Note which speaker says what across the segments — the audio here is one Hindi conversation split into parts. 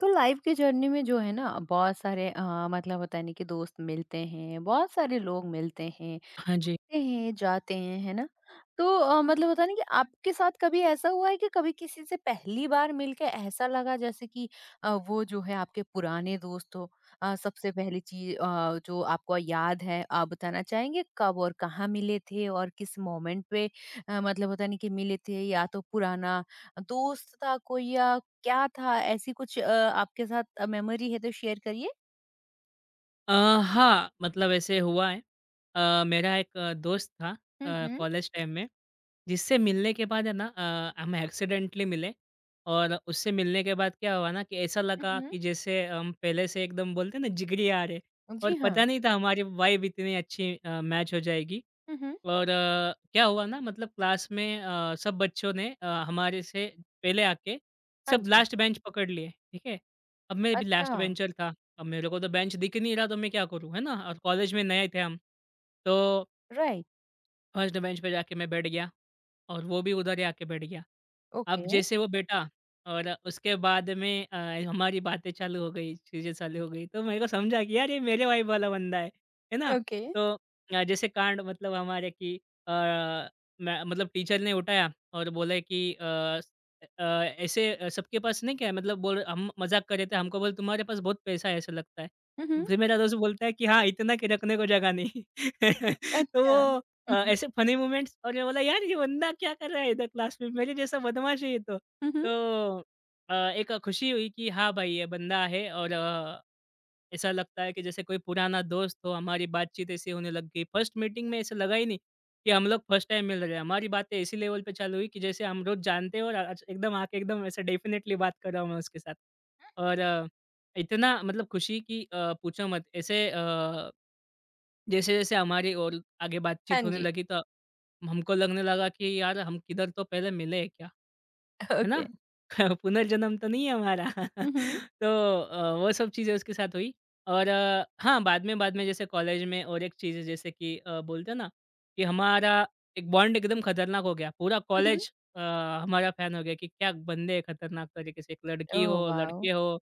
Speaker 1: तो लाइफ की जर्नी में जो है ना बहुत सारे मतलब होता है नहीं कि दोस्त मिलते हैं बहुत सारे लोग मिलते हैं
Speaker 2: हाँ जी।
Speaker 1: आते हैं, जाते हैं, है ना? तो मतलब होता है ना कि आपके साथ कभी ऐसा हुआ है कि कभी किसी से पहली बार मिलके ऐसा लगा जैसे कि वो जो है आपके पुराने दोस्त हो? सबसे पहली चीज़ जो आपको याद है, आप बताना चाहेंगे कब और कहाँ मिले थे और किस मोमेंट पे मतलब होता नहीं कि मिले थे या तो पुराना दोस्त था कोई या क्या था? ऐसी कुछ आपके साथ मेमोरी है तो शेयर करिए?
Speaker 2: अ, हाँ, मतलब ऐसे हुआ है। मेरा एक दोस्त था
Speaker 1: हुँ, हुँ।
Speaker 2: कॉलेज टाइम में, जिससे मिलने के बाद है ना हम एक्सीडेंटली मिले और उससे मिलने के बाद क्या हुआ ना कि ऐसा
Speaker 1: हुँ,
Speaker 2: लगा
Speaker 1: हुँ।
Speaker 2: कि जैसे हम पहले से एकदम बोलते हैं ना जिगरी यार है और
Speaker 1: जी हाँ।
Speaker 2: पता नहीं था हमारी वाइब इतनी अच्छी मैच हो जाएगी।
Speaker 1: हुँ, हुँ।
Speaker 2: और क्या हुआ ना मतलब क्लास में सब बच्चों ने हमारे से पहले आके
Speaker 1: हाँ
Speaker 2: सब
Speaker 1: जी।
Speaker 2: लास्ट बेंच पकड़ लिए, ठीक है? अब मैं भी
Speaker 1: अच्छा,
Speaker 2: लास्ट बेंचर था। अब मेरे को तो बेंच दिख ही नहीं रहा तो मैं क्या करूँ, है ना? और कॉलेज में नए थे हम, तो
Speaker 1: राइट।
Speaker 2: फर्स्ट बेंच पे जाके मैं बैठ गया और वो भी उधर ही आके बैठ गया। अब
Speaker 1: ओके,
Speaker 2: जैसे वो बैठा और उसके बाद में हमारी बातें चालू हो गई, चीज़ें चालू हो गई। तो मेरे को समझा कि यार ये मेरे वाइब वाला बंदा है ना?
Speaker 1: ओके।
Speaker 2: तो जैसे कांड मतलब हमारे कि अ, मैं मतलब टीचर ने उठाया और बोला कि स ऐसे सबके पास नहीं क्या है मतलब बोल हम मज़ाक कर रहे थे, हमको बोले तुम्हारे पास बहुत पैसा है ऐसा लगता है।
Speaker 1: हुँ, हुँ।
Speaker 2: फिर मेरा दोस्त बोलता है कि हाँ, इतना कि रखने को जगह नहीं। तो
Speaker 1: अच्छा।
Speaker 2: वो
Speaker 1: हुँ, हुँ।
Speaker 2: ऐसे फनी मोमेंट्स और मैं बोला यार ये बंदा क्या कर रहा है इधर क्लास में मेरे जैसा बदमाश है ये तो।
Speaker 1: हुँ, हुँ।
Speaker 2: तो एक खुशी हुई कि हाँ भाई ये बंदा है और ऐसा लगता है कि जैसे कोई पुराना दोस्त हो हमारी बातचीत ऐसी होने लग गई। फर्स्ट मीटिंग में ऐसा लगा ही नहीं कि हम लोग फर्स्ट टाइम मिल रहे हैं। हमारी बातें इसी लेवल पे चालू हुई कि जैसे हम रोज़ जानते हैं और आज एकदम आके एकदम ऐसे डेफ़िनेटली बात कर रहा हूँ मैं उसके साथ। और इतना मतलब खुशी कि पूछो मत ऐसे जैसे-जैसे हमारी और आगे
Speaker 1: हाँ
Speaker 2: बातचीत होने
Speaker 1: जी।
Speaker 2: लगी तो हमको लगने लगा कि यार हम किधर तो पहले मिले हैं क्या? है
Speaker 1: ओके।
Speaker 2: ना? पुनर्जन्म तो नहीं है हमारा।
Speaker 1: हुँ, हुँ।
Speaker 2: तो वो सब चीज़ें उसके साथ हुई और हाँ, बाद में जैसे कॉलेज में और एक चीज़ है जैसे कि बोलते हैं ना कि हमारा एक बॉन्ड एकदम खतरनाक हो गया। पूरा
Speaker 1: हुँ, हुँ।
Speaker 2: कॉलेज अ, हमारा फैन हो गया कि क्या बंदे हैं खतरनाक तरीके से, एक लड़की
Speaker 1: ओह
Speaker 2: हो,
Speaker 1: वाओ!
Speaker 2: लड़के हो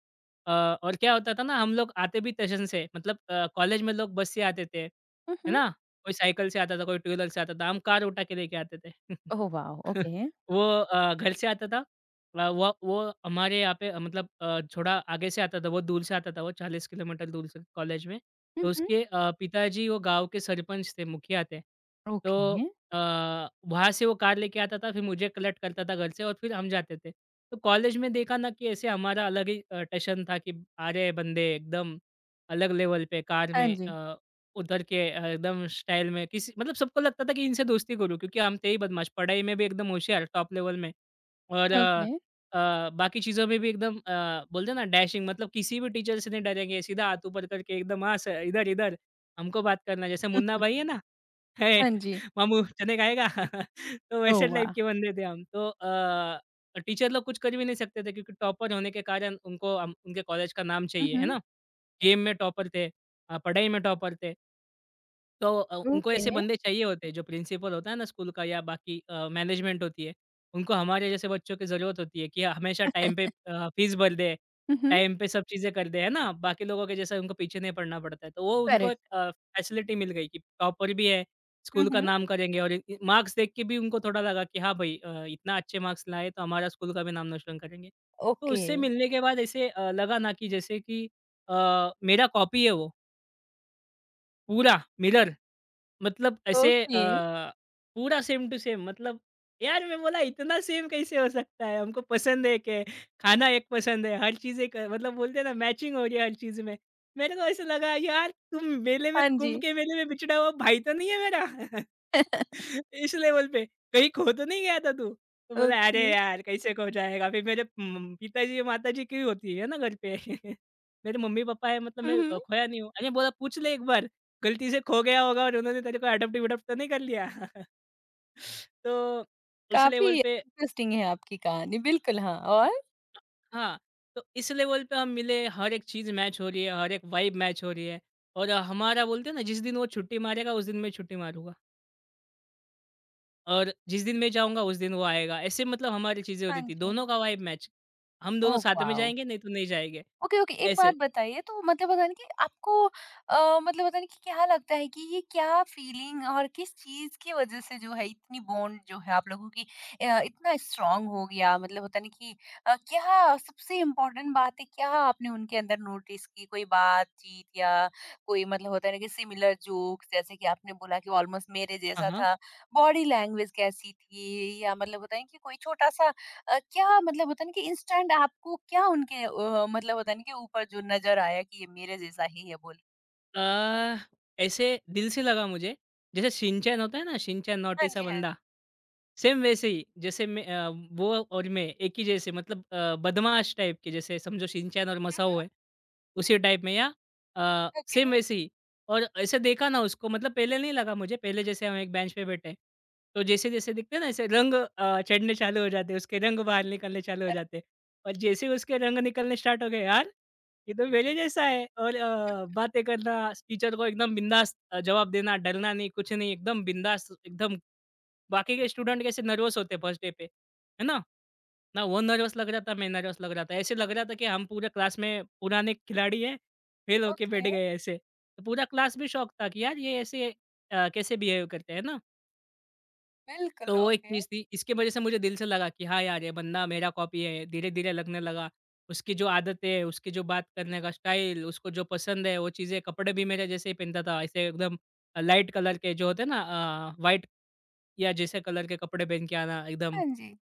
Speaker 2: अ, और क्या होता था ना हम लोग आते भी स्टेशन से मतलब कॉलेज में लोग बस से आते थे,
Speaker 1: हुँ,
Speaker 2: है
Speaker 1: हुँ।
Speaker 2: ना? कोई साइकिल से आता था, कोई टू व्हीलर से आता था, हम कार उठा के लेके आते थे।
Speaker 1: Oh wow! ओके।
Speaker 2: वो घर से आता था वो हमारे यहाँ पे मतलब थोड़ा आगे से आता था, बहुत दूर से आता था वो 40 किलोमीटर दूर से कॉलेज में।
Speaker 1: हुँ,
Speaker 2: तो
Speaker 1: हुँ।
Speaker 2: उसके पिताजी वो गाँव के सरपंच थे, मुखिया थे। तो
Speaker 1: ओके।
Speaker 2: वहाँ से वो कार लेके आता था, फिर मुझे कलेक्ट करता था घर से और फिर हम जाते थे। तो कॉलेज में देखा ना कि ऐसे हमारा अलग ही टशन था कि आ रहे हैं बंदे एकदम अलग लेवल पे कार में
Speaker 1: हाँ जी।
Speaker 2: उतर के एकदम स्टाइल में किसी मतलब सबको लगता था कि इनसे दोस्ती करूँ क्योंकि हम थे ही बदमाश, पढ़ाई में भी एकदम होशियार टॉप लेवल में और
Speaker 1: ओके।
Speaker 2: बाकी चीज़ों में भी एकदम बोलते हैं ना डैशिंग मतलब किसी भी टीचर से नहीं डरेंगे, सीधा हाथ ऊपर करके एकदम हाँ सर, इधर-इधर हमको बात करना। जैसे
Speaker 1: हुँ,
Speaker 2: मुन्ना
Speaker 1: हुँ।
Speaker 2: भाई है ना "हे
Speaker 1: हाँ जी।
Speaker 2: मामू चने खाएगा?" तो
Speaker 1: ओह
Speaker 2: वैसे टाइप
Speaker 1: वाह!
Speaker 2: के बंदे थे हम। तो टीचर लोग कुछ कर भी नहीं सकते थे क्योंकि टॉपर होने के कारण उनको हम उनके कॉलेज का नाम
Speaker 1: हुँ,
Speaker 2: चाहिए, है
Speaker 1: हुँ।
Speaker 2: ना? गेम में टॉपर थे पढ़ाई में टॉपर थे। तो उनको
Speaker 1: ओके।
Speaker 2: ऐसे बंदे चाहिए होते हैं, जो प्रिंसिपल होता है ना स्कूल का या बाकी मैनेजमेंट होती है, उनको हमारे जैसे बच्चों की ज़रूरत होती है कि हाँ, हमेशा टाइम पे फ़ीस भर दे,
Speaker 1: हुँ, हुँ।
Speaker 2: टाइम पे सब चीज़ें कर दे, है ना? बाकी लोगों के जैसे उनको पीछे नहीं पड़ना पड़ता है। तो वो उनको एक
Speaker 1: करेक्ट।
Speaker 2: फैसिलिटी मिल गई कि टॉपर भी है,
Speaker 1: हुँ,
Speaker 2: स्कूल का
Speaker 1: हुँ।
Speaker 2: नाम करेंगे और इ मार्क्स देख के भी उनको थोड़ा लगा कि हाँ भाई इतना अच्छे मार्क्स लाए तो हमारा स्कूल का भी नाम रोशन करेंगे। तो
Speaker 1: ओके।
Speaker 2: उससे मिलने के बाद ऐसे लगा ना कि जैसे कि मेरा कॉपी है वो, पूरा मिरर। मतलब ऐसे
Speaker 1: ओके।
Speaker 2: पूरा सेम टू सेम मतलब यार मैं बोला इतना सेम कैसे हो सकता है? हमको पसंद है एक है, खाना एक पसंद है, हर चीज़ एक मतलब बोलते हैं ना मैचिंग हो रही है हर चीज़ में। मेरे को ऐसा लगा यार तुम मेले में
Speaker 1: हाँ
Speaker 2: कुंभ
Speaker 1: जी।
Speaker 2: के मेले में बिछड़ा हुआ भाई तो नहीं है मेरा? इस लेवल पे, कहीं खो तो नहीं गया था तू? तो बोला, "अरे
Speaker 1: ओके।
Speaker 2: यार! कैसे खो जाएगा?" फिर मेरे पिताजी और माताजी की होती है ना घर पे। मेरे मम्मी-पापा है मतलब
Speaker 1: हुँ,
Speaker 2: मैं
Speaker 1: हुँ।
Speaker 2: खोया नहीं हूँ। अरे बोला, "पूछ ले एक बार, गलती से खो गया होगा और उन्होंने तेरे को अडॉप्ट-विडॉप्ट तो नहीं कर लिया?" तो इस
Speaker 1: काफ़ी
Speaker 2: लेवल पे
Speaker 1: इंटरेस्टिंग है आपकी कहानी। बिल्कुल हाँ, और?
Speaker 2: हाँ, तो इस लेवल पे हम मिले, हर एक चीज़ मैच हो रही है, हर एक वाइब मैच हो रही है और हमारा बोलते हैं ना जिस दिन वो छुट्टी मारेगा, उस दिन मैं छुट्टी मारूँगा। और जिस दिन मैं जाऊँगा उस दिन वो आएगा। ऐसे मतलब हमारी चीज़ें
Speaker 1: हाँ
Speaker 2: होती थी,
Speaker 1: जी।
Speaker 2: दोनों का वाइब मैच। हम दोनों
Speaker 1: ओह
Speaker 2: साथ में
Speaker 1: वाओ!
Speaker 2: जाएँगे नहीं तो नहीं जाएँगे,
Speaker 1: ओके, ओके। एक बात
Speaker 2: ऐसे।
Speaker 1: बताइए तो मतलब पता नहीं कि आपको मतलब पता नहीं कि क्या लगता है कि ये क्या फ़ीलिंग और किस चीज़ की वज़ह से जो है इतनी बॉन्ड जो है आप लोगों की इतना स्ट्रॉन्ग हो गया? मतलब होता नहीं कि क्या सबसे इम्पोर्टेंट बात है, क्या आपने उनके अंदर नोटिस की? कोई बातचीत या कोई मतलब होता है ना कि सिमिलर जोक्स जैसे कि आपने बोला कि ऑलमोस्ट मेरे
Speaker 2: हाँ,
Speaker 1: जैसा
Speaker 2: हाँ।
Speaker 1: था, बॉडी लैंग्वेज कैसी थी या मतलब होता है कि कोई छोटा-सा क्या मतलब होता है ना कि इंस्टेंट आपको क्या उनके मतलब होता है ना कि ऊपर जो नज़र आया कि ये मेरे जैसा ही है बोल?
Speaker 2: अ, ऐसे दिल से लगा मुझे, जैसे शिनचैन होता है ना, शिनचैन
Speaker 1: हाँ
Speaker 2: नोटी सा
Speaker 1: जी, हाँ।
Speaker 2: बंदा, सेम वैसे ही जैसे मैं वो और मैं एक ही जैसे मतलब बदमाश टाइप के जैसे समझो शिनचैन और
Speaker 1: हुँ,
Speaker 2: मसाओ है,
Speaker 1: हुँ।
Speaker 2: उसी टाइप में या
Speaker 1: ओके।
Speaker 2: सेम वैसे ही और ऐसे देखा ना उसको मतलब पहले नहीं लगा मुझे, पहले जैसे हम एक बेंच पे बैठे, तो जैसे-जैसे दिखते हैं ना ऐसे रंग चढ़ने चालू हो जाते हैं, उसके रंग बाहर निकलने चालू हो
Speaker 1: अर
Speaker 2: जाते हैं और जैसे ही उसके रंग निकलने स्टार्ट हो गए यार एकदम मेरे जैसा है और बातें करना टीचर को एकदम बिंदास जवाब देना, डरना नहीं, कुछ नहीं, एकदम बिंदास एकदम बाकी के स्टूडेंट कैसे नर्वस होते फर्स्ट डे पे, है ना? ना वो नर्वस लग रहा था, मैं नर्वस लग रहा था। ऐसे लग रहा था कि हम पूरे क्लास में पुराने खिलाड़ी हैं, फेल होके बैठ
Speaker 1: ओके,
Speaker 2: गए ऐसे। तो पूरा क्लास भी शॉक था कि यार ये ऐसे कैसे बिहेव करते हैं ना? तो
Speaker 1: बिल्कुल
Speaker 2: वो एक
Speaker 1: ओके।
Speaker 2: चीज़ थी, इसकी वज़ह से मुझे दिल से लगा कि हाँ यार, ये बंदा मेरा कॉपी है। धीरे-धीरे लगने लगा, उसकी जो आदतें, है, उसकी जो बात करने का स्टाइल, उसको जो पसंद है वो चीज़ें, कपड़े भी मेरे जैसे ही पहनता था, ऐसे एकदम लाइट कलर के जो होते हैं ना व्हाइट या जैसे कलर के कपड़े पहन के आना एकदम।
Speaker 1: हाँ जी।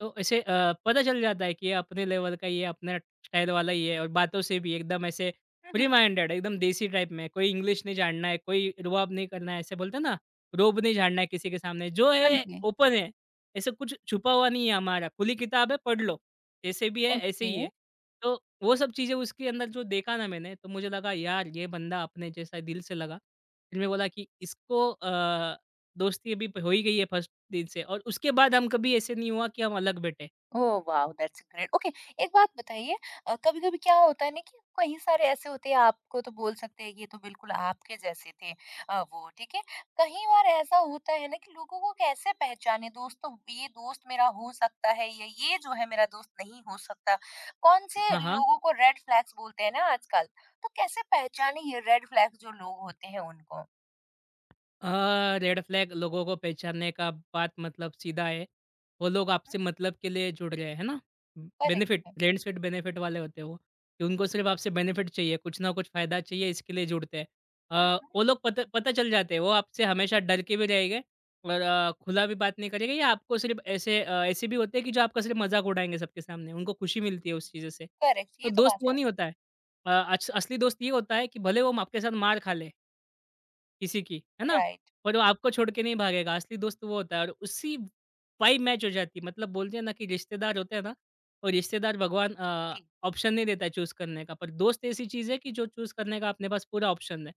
Speaker 2: तो ऐसे पता चल जाता है कि ये अपने लेवल का ही है, अपने स्टाइल वाला ही है और बातों से भी एकदम ऐसे
Speaker 1: हुँ,
Speaker 2: फ्री
Speaker 1: हुँ।
Speaker 2: माइंडेड एकदम देसी टाइप में, कोई इंग्लिश नहीं झाड़ना है, कोई रुआब नहीं करना है, ऐसे बोलते हैं ना, रोब नहीं झाड़ना है किसी के सामने, जो
Speaker 1: हाँ
Speaker 2: है
Speaker 1: जी,
Speaker 2: ओपन है, ऐसे कुछ छुपा हुआ नहीं है हमारा, खुली किताब है पढ़ लो, जैसे भी है ऐसे
Speaker 1: ओके।
Speaker 2: ही है। तो वो सब चीज़ें उसके अंदर जो देखा ना मैंने, तो मुझे लगा यार ये बंदा अपने जैसा दिल से लगा। फिर मैं बोला कि इसको दोस्ती अभी हो ही गई है फर्स्ट दिन से और उसके बाद हम कभी ऐसे नहीं हुआ कि हम अलग बैठे।
Speaker 1: Oh wow, that's great. Okay, एक बात बताइए, कभी कभी क्या होता है ना कि कई सारे ऐसे होते हैं आपको तो बोल सकते हैं कि ये तो बिल्कुल आपके जैसे थे। वो ठीक है। कई बार ऐसा होता है ना कि लोगों को कैसे पहचाने दोस्तों, ये दोस्त मेरा हो सकता है या ये जो है मेरा दोस्त नहीं हो सकता। कौन से
Speaker 2: हाँ, हाँ।
Speaker 1: लोगों को रेड फ्लैग्स बोलते हैं ना आजकल, तो कैसे पहचाने ये रेड फ्लैग्स जो लोग होते हैं उनको?
Speaker 2: अ, रेड फ्लैग लोगों को पहचानने का बात मतलब सीधा है। वो लोग आपसे मतलब के लिए जुड़ रहे हैं, है ना?
Speaker 1: करेक्ट
Speaker 2: बेनिफिट
Speaker 1: है।
Speaker 2: फ्रेंड्स विद बेनिफिट वाले होते हैं वो, कि उनको सिर्फ़ आपसे बेनिफिट चाहिए, कुछ ना कुछ फ़ायदा चाहिए इसके लिए जुड़ते हैं। वो लोग पता पता चल जाते हैं, वो आपसे हमेशा डर के भी रहेंगे और खुला भी बात नहीं करेंगे या आपको सिर्फ़ ऐसे ऐसे भी होते हैं कि जो आपका सिर्फ़ मज़ाक उड़ाएँगे सबके सामने, उनको खुशी मिलती है उस चीज़ से।
Speaker 1: करेक्ट,
Speaker 2: तो
Speaker 1: ये तो
Speaker 2: दोस्त
Speaker 1: बात
Speaker 2: वो
Speaker 1: है।
Speaker 2: नहीं होता है। अ, अच असली दोस्त ये होता है कि भले वो म आपके साथ मार खा ले किसी की, है ना?
Speaker 1: राइट।
Speaker 2: और वो आपको छोड़ के नहीं भागेगा, असली दोस्त वो होता है और उसी वाइब मैच हो जाती है। मतलब बोलते हैं ना कि रिश्तेदार होते हैं ना, तो रिश्तेदार भगवान
Speaker 1: जी।
Speaker 2: ऑप्शन नहीं देता है चूज़ करने का, पर दोस्त ऐसी चीज़ है कि जो चूज़ करने का अपने पास पूरा ऑप्शन है।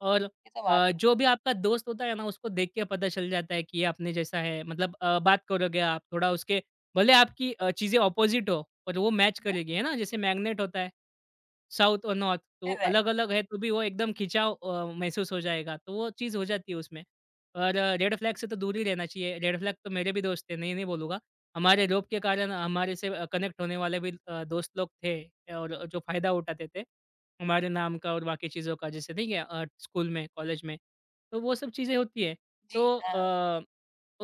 Speaker 2: और
Speaker 1: ये तो बात है।
Speaker 2: जो भी आपका दोस्त होता है ना, उसको देख के पता चल जाता है कि ये अपने जैसा है। मतलब बात करोगे आप थोड़ा उसके भले आपकी चीज़ें ऑपोज़िट हो, पर वो मैच करेगी, है ना? जैसे मैग्नेट होता है। साउथ और नॉर्थ तो
Speaker 1: राइट।
Speaker 2: अलग-अलग है तो भी वो एकदम खिंचाव महसूस हो जाएगा, तो वो चीज़ हो जाती है उसमें। और रेड फ्लैग से तो दूर ही रहना चाहिए, रेड फ्लैग तो मेरे भी दोस्त थे, नहीं, नहीं बोलूँगा। हमारे रोब के कारण हमारे से कनेक्ट होने वाले भी दोस्त लोग थे और जो फ़ायदा उठाते थे, हमारे नाम का और बाकी चीज़ों का जैसे नहीं क्या स्कूल में, कॉलेज में, तो वो सब चीज़ें होती है।
Speaker 1: जी
Speaker 2: तो
Speaker 1: हाँ,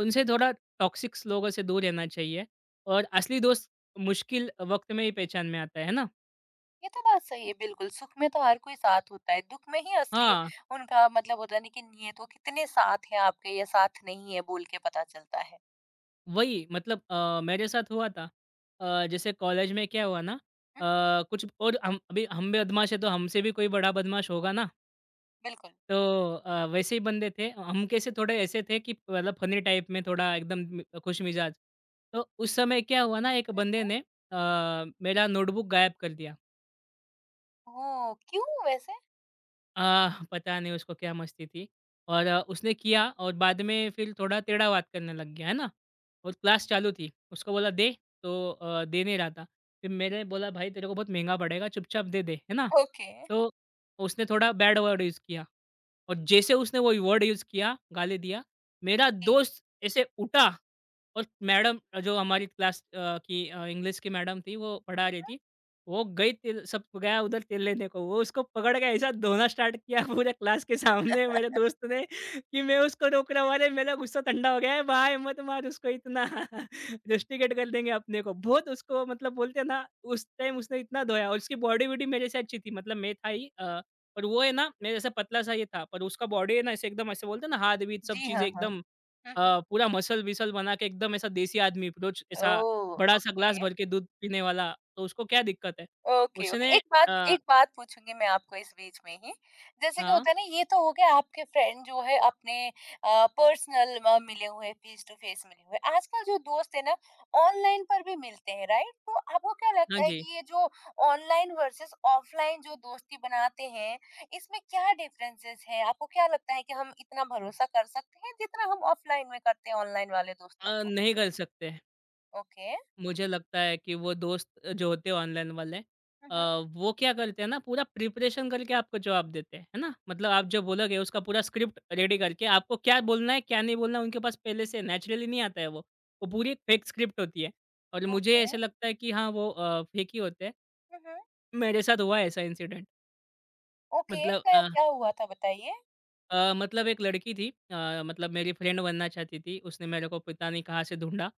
Speaker 2: उनसे थोड़ा टॉक्सिक्स लोगों से दूर रहना चाहिए और असली दोस्त मुश्किल वक़्त में ही पहचान में आता है ना?
Speaker 1: ये तो बात सही है बिल्कुल, सुख में तो हर कोई साथ होता है, दुःख में ही असली
Speaker 2: हाँ,
Speaker 1: उनका मतलब होता है ना कि ये तो कितने साथ हैं आपके या साथ नहीं है बोल के पता चलता है।
Speaker 2: वही मतलब मेरे साथ हुआ था। जैसे कॉलेज में क्या हुआ ना
Speaker 1: हुँ,
Speaker 2: अ, कुछ और हम भी बदमाश है तो हमसे भी कोई बड़ा बदमाश होगा ना,
Speaker 1: बिल्कुल।
Speaker 2: तो वैसे ही बंदे थे। हम कैसे थोड़े ऐसे थे कि मतलब फ़नी टाइप में थोड़ा एकदम मि खुश मिजाज। तो उस समय क्या हुआ ना एक
Speaker 1: हुँ,
Speaker 2: बंदे
Speaker 1: हुँ।
Speaker 2: ने अ, मेरा नोटबुक गायब कर दिया।
Speaker 1: ओह! क्यों वैसे?
Speaker 2: अ, पता नहीं उसको क्या मस्ती थी और उसने किया और बाद में फिर थोड़ा टेढ़ा-बात करने लग गया, है ना? और क्लास चालू थी, उसको बोला दे तो दे नहीं रहा था। फिर मैंने बोला भाई तेरे को बहुत महँगा पड़ेगा चुपचाप दे दे, है ना?
Speaker 1: ओके।
Speaker 2: तो उसने थोड़ा बैड वर्ड यूज़ किया। और जैसे उसने वो वर्ड यूज़ किया, गाली दिया, मेरा
Speaker 1: जी,
Speaker 2: दोस्त ऐसे उठा और मैडम जो हमारी क्लास की इंग्लिश की मैडम थी, वो पढ़ा रही थी। वो गई तिल सब गया उधर तिल लेने को, वो उसको पकड़ के ऐसा धोना स्टार्ट किया पूरे क्लास के सामने मेरे दोस्त ने कि मैं उसको रोक रहा हूँ, "अरे! मेरा गुस्सा ठंडा हो गया है, भाई मत मार उसको इतना, रस्टिकेट कर देंगे अपने को।" बहुत उसको मतलब बोलते हैं ना, उस टाइम उसने इतना धोया और उसकी बॉडी-वॉडी मेरे से अच्छी थी, मतलब मैं था ही पर वो है ना, मेरे जैसा पतला सा ये था, पर उसका बॉडी है ना ऐसे एकदम ऐसे बोलते हैं ना हाथ-बीत सब
Speaker 1: जी,
Speaker 2: चीज़ें
Speaker 1: हाँ, हाँ।
Speaker 2: एकदम
Speaker 1: हुँ, हुँ।
Speaker 2: पूरा मसल-विसल बना के एकदम ऐसा देसी आदमी रोज ऐसा
Speaker 1: ओह!
Speaker 2: बड़ा-सा
Speaker 1: ओके।
Speaker 2: ग्लास भर के दूध पीने वाला, तो उसको क्या दिक्कत है?
Speaker 1: ओके,
Speaker 2: उसने
Speaker 1: ओके।
Speaker 2: अ,
Speaker 1: एक बात पूछूँगी मैं आपको इस बीच में ही। जैसे कि
Speaker 2: हाँ,
Speaker 1: होता है ना, ये तो हो गया आपके फ्रेंड जो है अपने पर्सनल मिले हुए, फेस टू फेस मिले हुए। आजकल जो दोस्त है ना ऑनलाइन पर भी मिलते हैं, राइट? तो आपको क्या
Speaker 2: हाँ
Speaker 1: लगता है
Speaker 2: जी।
Speaker 1: कि ये जो ऑनलाइन वर्सेस ऑफलाइन जो दोस्ती बनाते हैं, इसमें क्या डिफरेंसेस हैं? आपको क्या लगता है कि हम इतना भरोसा कर सकते हैं जितना हम ऑफलाइन में करते हैं ऑनलाइन वाले दोस्तों को?
Speaker 2: नहीं कर सकते।
Speaker 1: ओके।
Speaker 2: मुझे लगता है कि वो दोस्त जो होते हैं ऑनलाइन वाले
Speaker 1: हुँ,
Speaker 2: अ,
Speaker 1: हुँ।
Speaker 2: वो क्या करते हैं ना पूरा प्रिपरेशन करके आपको जवाब देते हैं है ना, मतलब आप जो बोलोगे उसका पूरा स्क्रिप्ट रेडी करके आपको क्या बोलना है क्या नहीं बोलना है उनके पास पहले से नेचुरली नहीं आता है, वो पूरी एक फेक स्क्रिप्ट होती है और मुझे
Speaker 1: ओके।
Speaker 2: ऐसे लगता है कि हाँ वो फेक ही होते हैं।
Speaker 1: हुँ, हुँ।
Speaker 2: मेरे साथ हुआ है ऐसा इंसिडेंट।
Speaker 1: ओके,
Speaker 2: मतलब
Speaker 1: क्या क्या हुआ था बताइए?
Speaker 2: मतलब एक लड़की थी, मतलब मेरी फ्रेंड बनना चाहती थी। उसने मेरे को पता नहीं कहाँ से ढूँढा,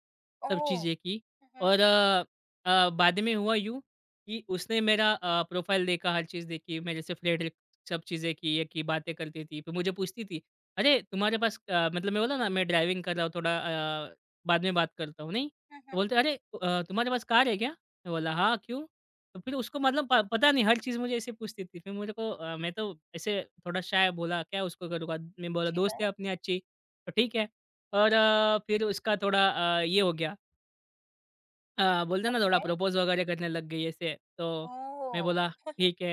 Speaker 2: सब
Speaker 1: ओह!
Speaker 2: चीज़ें की
Speaker 1: हुँ, हुँ।
Speaker 2: और बाद में हुआ यूँ कि उसने मेरा प्रोफ़ाइल देखा, हर चीज़ देखी, मेरे से फ्लर्ट सब चीज़ें की, ये की, बातें करती थी। फिर मुझे पूछती थी, "अरे! तुम्हारे पास" मतलब मैं बोला ना मैं ड्राइविंग कर रहा हूँ थोड़ा बाद में बात करता हूँ, नहीं?
Speaker 1: हुँ,
Speaker 2: तो
Speaker 1: हुँ।
Speaker 2: बोलते, "अरे! तुम्हारे पास कार है क्या?" मैं बोला, "हाँ, क्यों?" तो फिर उसको मतलब प पता नहीं हर चीज़ मुझे ऐसे पूछती थी। फिर मेरे को मैं तो ऐसे थोड़ा शाय बोला क्या उसको करूँगा? मैं बोला
Speaker 1: जी
Speaker 2: दोस्त
Speaker 1: हाँ।
Speaker 2: है अपनी अच्छी, तो ठीक है। और फिर उसका थोड़ा ये हो गया बोलते हैं ना थोड़ा
Speaker 1: ओके।
Speaker 2: प्रपोज़ वगैरह करने लग गई ऐसे, तो मैं
Speaker 1: ओह!
Speaker 2: बोला ठीक है।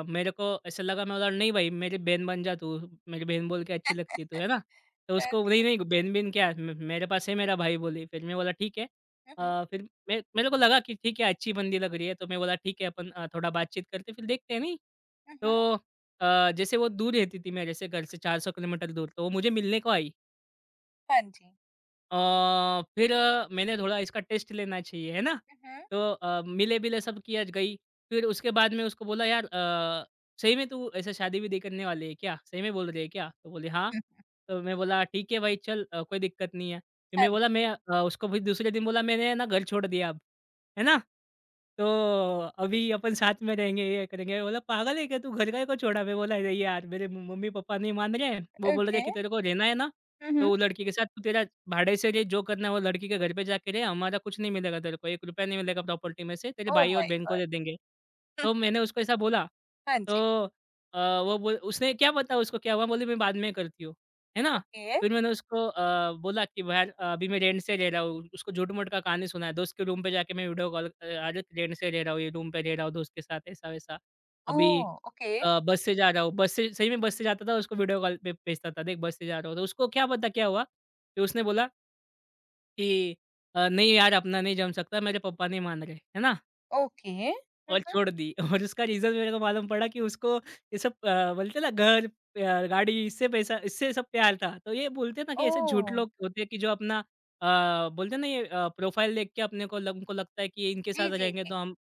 Speaker 2: मेरे को ऐसा लगा मैं बोला नहीं भाई मेरी बहन बन जा तू, मेरी बहन बोल के अच्छी लगती है तू, है ना? तो उसको
Speaker 1: दैट
Speaker 2: नहीं, नहीं बहन-बहन क्या म मेरे पास है मेरा भाई बोली। फिर मैं बोला ठीक है।
Speaker 1: हुँ, हुँ।
Speaker 2: फिर मे मेरे को लगा कि ठीक है अच्छी बंदी लग रही है, तो मैं बोला ठीक है अपन थोड़ा बातचीत करते फिर देखते हैं नहीं?
Speaker 1: हुँ, हुँ।
Speaker 2: तो जैसे वो दूर रहती थी मेरे से घर से 400 किलोमीटर दूर, तो वो मुझे मिलने को आई।
Speaker 1: हाँ जी।
Speaker 2: फिर मैंने थोड़ा इसका टेस्ट लेना चाहिए, है ना?
Speaker 1: हुँ, हुँ।
Speaker 2: तो मिले-बिले सब किया गई। फिर उसके बाद में उसको बोला, "यार सही में तू ऐसे शादी-वादी करने वाली है क्या? सही में बोल रही है क्या?" तो बोली, "हाँ।"
Speaker 1: हुँ,
Speaker 2: तो मैं बोला, "ठीक है भाई, चल कोई दिक्कत नहीं है।" फिर
Speaker 1: हाँ
Speaker 2: मैं बोला
Speaker 1: जी।
Speaker 2: मैं उसको फिर दूसरे दिन बोला, "मैंने ना घर छोड़ दिया अब।" है ना? तो अभी अपन साथ में रहेंगे, ये करेंगे। बोला, "पागल है क्या तू? घर का को छोड़ा?" मैं बोला, "अरे यार, मेरे मम्मी पापा नहीं मान रहे हैं। वो बोल रहे हैं
Speaker 1: ओके।
Speaker 2: कि तेरे को रहना है ना,
Speaker 1: हुँ,
Speaker 2: तो
Speaker 1: हुँ।
Speaker 2: वो लड़की के साथ तू तेरा भाड़े से रह, जो करना है वो लड़की के घर पे जाके रह। हमारा कुछ नहीं मिलेगा तेरे को, ₹1 नहीं मिलेगा प्रॉपर्टी में से, तेरे
Speaker 1: ओह
Speaker 2: भाई और
Speaker 1: माय
Speaker 2: बहन को
Speaker 1: गॉड!
Speaker 2: दे देंगे।" तो मैंने उसको ऐसा बोला,
Speaker 1: हाँ जी।
Speaker 2: तो वो बोल उसने क्या पता उसको क्या हुआ? बोली, "मैं बाद में करती हूँ।" है ना?
Speaker 1: ओके।
Speaker 2: फिर मैंने उसको बोला कि भैया अभी मैं रेंट से रह रहा हूँ। उसको झूठ-मूठ का कहानी सुनाया। दोस्त के रूम पे जाके मैं वीडियो कॉल अरे रेंट से रह रहा हूँ, ये रूम पे रह रहा हूँ दोस्त के साथ ऐसा-वैसा। अभी
Speaker 1: ओह! ओके।
Speaker 2: बस से जा रहा हूँ। बस से सही में बस से जाता था, उसको वीडियो कॉल पे भेजता था, देख बस से जा रहा हूँ। तो उसको क्या पता क्या हुआ कि उसने बोला कि नहीं यार अपना नहीं जम सकता, मेरे पापा नहीं मान रहे। है ना?
Speaker 1: ओके। हुँ,
Speaker 2: और
Speaker 1: हुँ।
Speaker 2: छोड़ दी और उसका रीज़न मेरे को मालूम पड़ा कि उसको ये सब बोलते हैं ना घर, प्यार, गाड़ी, इससे पैसा इससे सब प्यार था। तो ये बोलते हैं ना कि ऐसे झूठ
Speaker 1: ओह!
Speaker 2: लोग होते हैं कि जो अपना बोलते हैं ना ये प्रोफ़ाइल देख के अपने को लग उनको लगता है कि इनके साथ
Speaker 1: जी, जी,
Speaker 2: रहेंगे तो
Speaker 1: जी।
Speaker 2: हम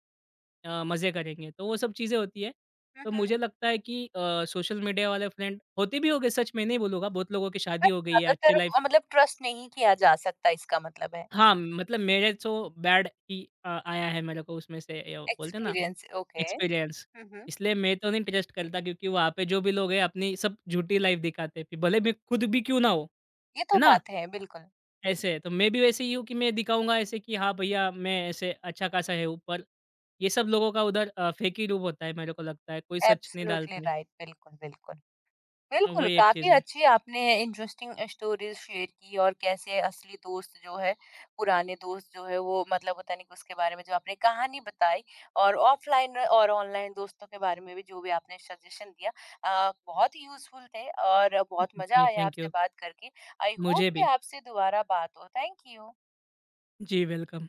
Speaker 2: मज़े करेंगे। तो वो सब चीज़ें होती है।
Speaker 1: हुँ,
Speaker 2: तो मुझे
Speaker 1: हुँ।
Speaker 2: लगता है कि सोशल मीडिया वाले फ्रेंड होते भी होंगे, सच मैं नहीं बोलूँगा, बहुत लोगों की
Speaker 1: पर
Speaker 2: शादी हो गई है, अच्छी
Speaker 1: ज़्यादातर
Speaker 2: लाइफ़।
Speaker 1: मतलब ट्रस्ट नहीं किया जा सकता, इसका मतलब है।
Speaker 2: हाँ, मतलब मेरे तो बैड ही आया है मेरे को उसमें से, ये बोलते हैं ना
Speaker 1: एक्सपीरियंस। ओके।
Speaker 2: एक्सपीरियंस।
Speaker 1: हुँ, हुँ।
Speaker 2: इसलिए मैं तो नहीं ट्रस्ट करता क्योंकि वहाँ पे जो भी लोग हैं अपनी सब झूठी लाइफ़ दिखाते हैं। फिर भले मैं खुद भी क्यों ना हो,
Speaker 1: ये तो
Speaker 2: है ना?
Speaker 1: बात है बिल्कुल।
Speaker 2: ऐसे तो मैं भी वैसे ही हूँ कि मैं दिखाऊँगा ऐसे कि हाँ भैया मैं ऐसे अच्छा खासा है ऊपर। ये सब लोगों का उधर फेक ही रूप होता है मेरे को लगता है। कोई सच नहीं
Speaker 1: एब्सोल्युटली
Speaker 2: डालते हैं।
Speaker 1: राइट, बिल्कुल, बिल्कुल। बिल्कुल,
Speaker 2: वही एक
Speaker 1: काफ़ी
Speaker 2: चीज़ है।
Speaker 1: अच्छी आपने इंटरेस्टिंग स्टोरीज़ शेयर की और कैसे असली दोस्त जो है, पुराने दोस्त जो है वो मतलब होता नहीं कि उसके बारे में जो आपने कहानी बताई और ऑफ़लाइन और ऑनलाइन दोस्तों के बारे में भी जो भी आपने सजेशन दिया, बहुत ही यूज़फुल थे और बहुत मज़ा
Speaker 2: जी,
Speaker 1: आया
Speaker 2: थैंक
Speaker 1: आपसे
Speaker 2: यू।
Speaker 1: बात करके। आई होप
Speaker 2: मुझे
Speaker 1: कि
Speaker 2: भी।
Speaker 1: आपसे दोबारा बात हो। Thank you.
Speaker 2: जी, वेलकम।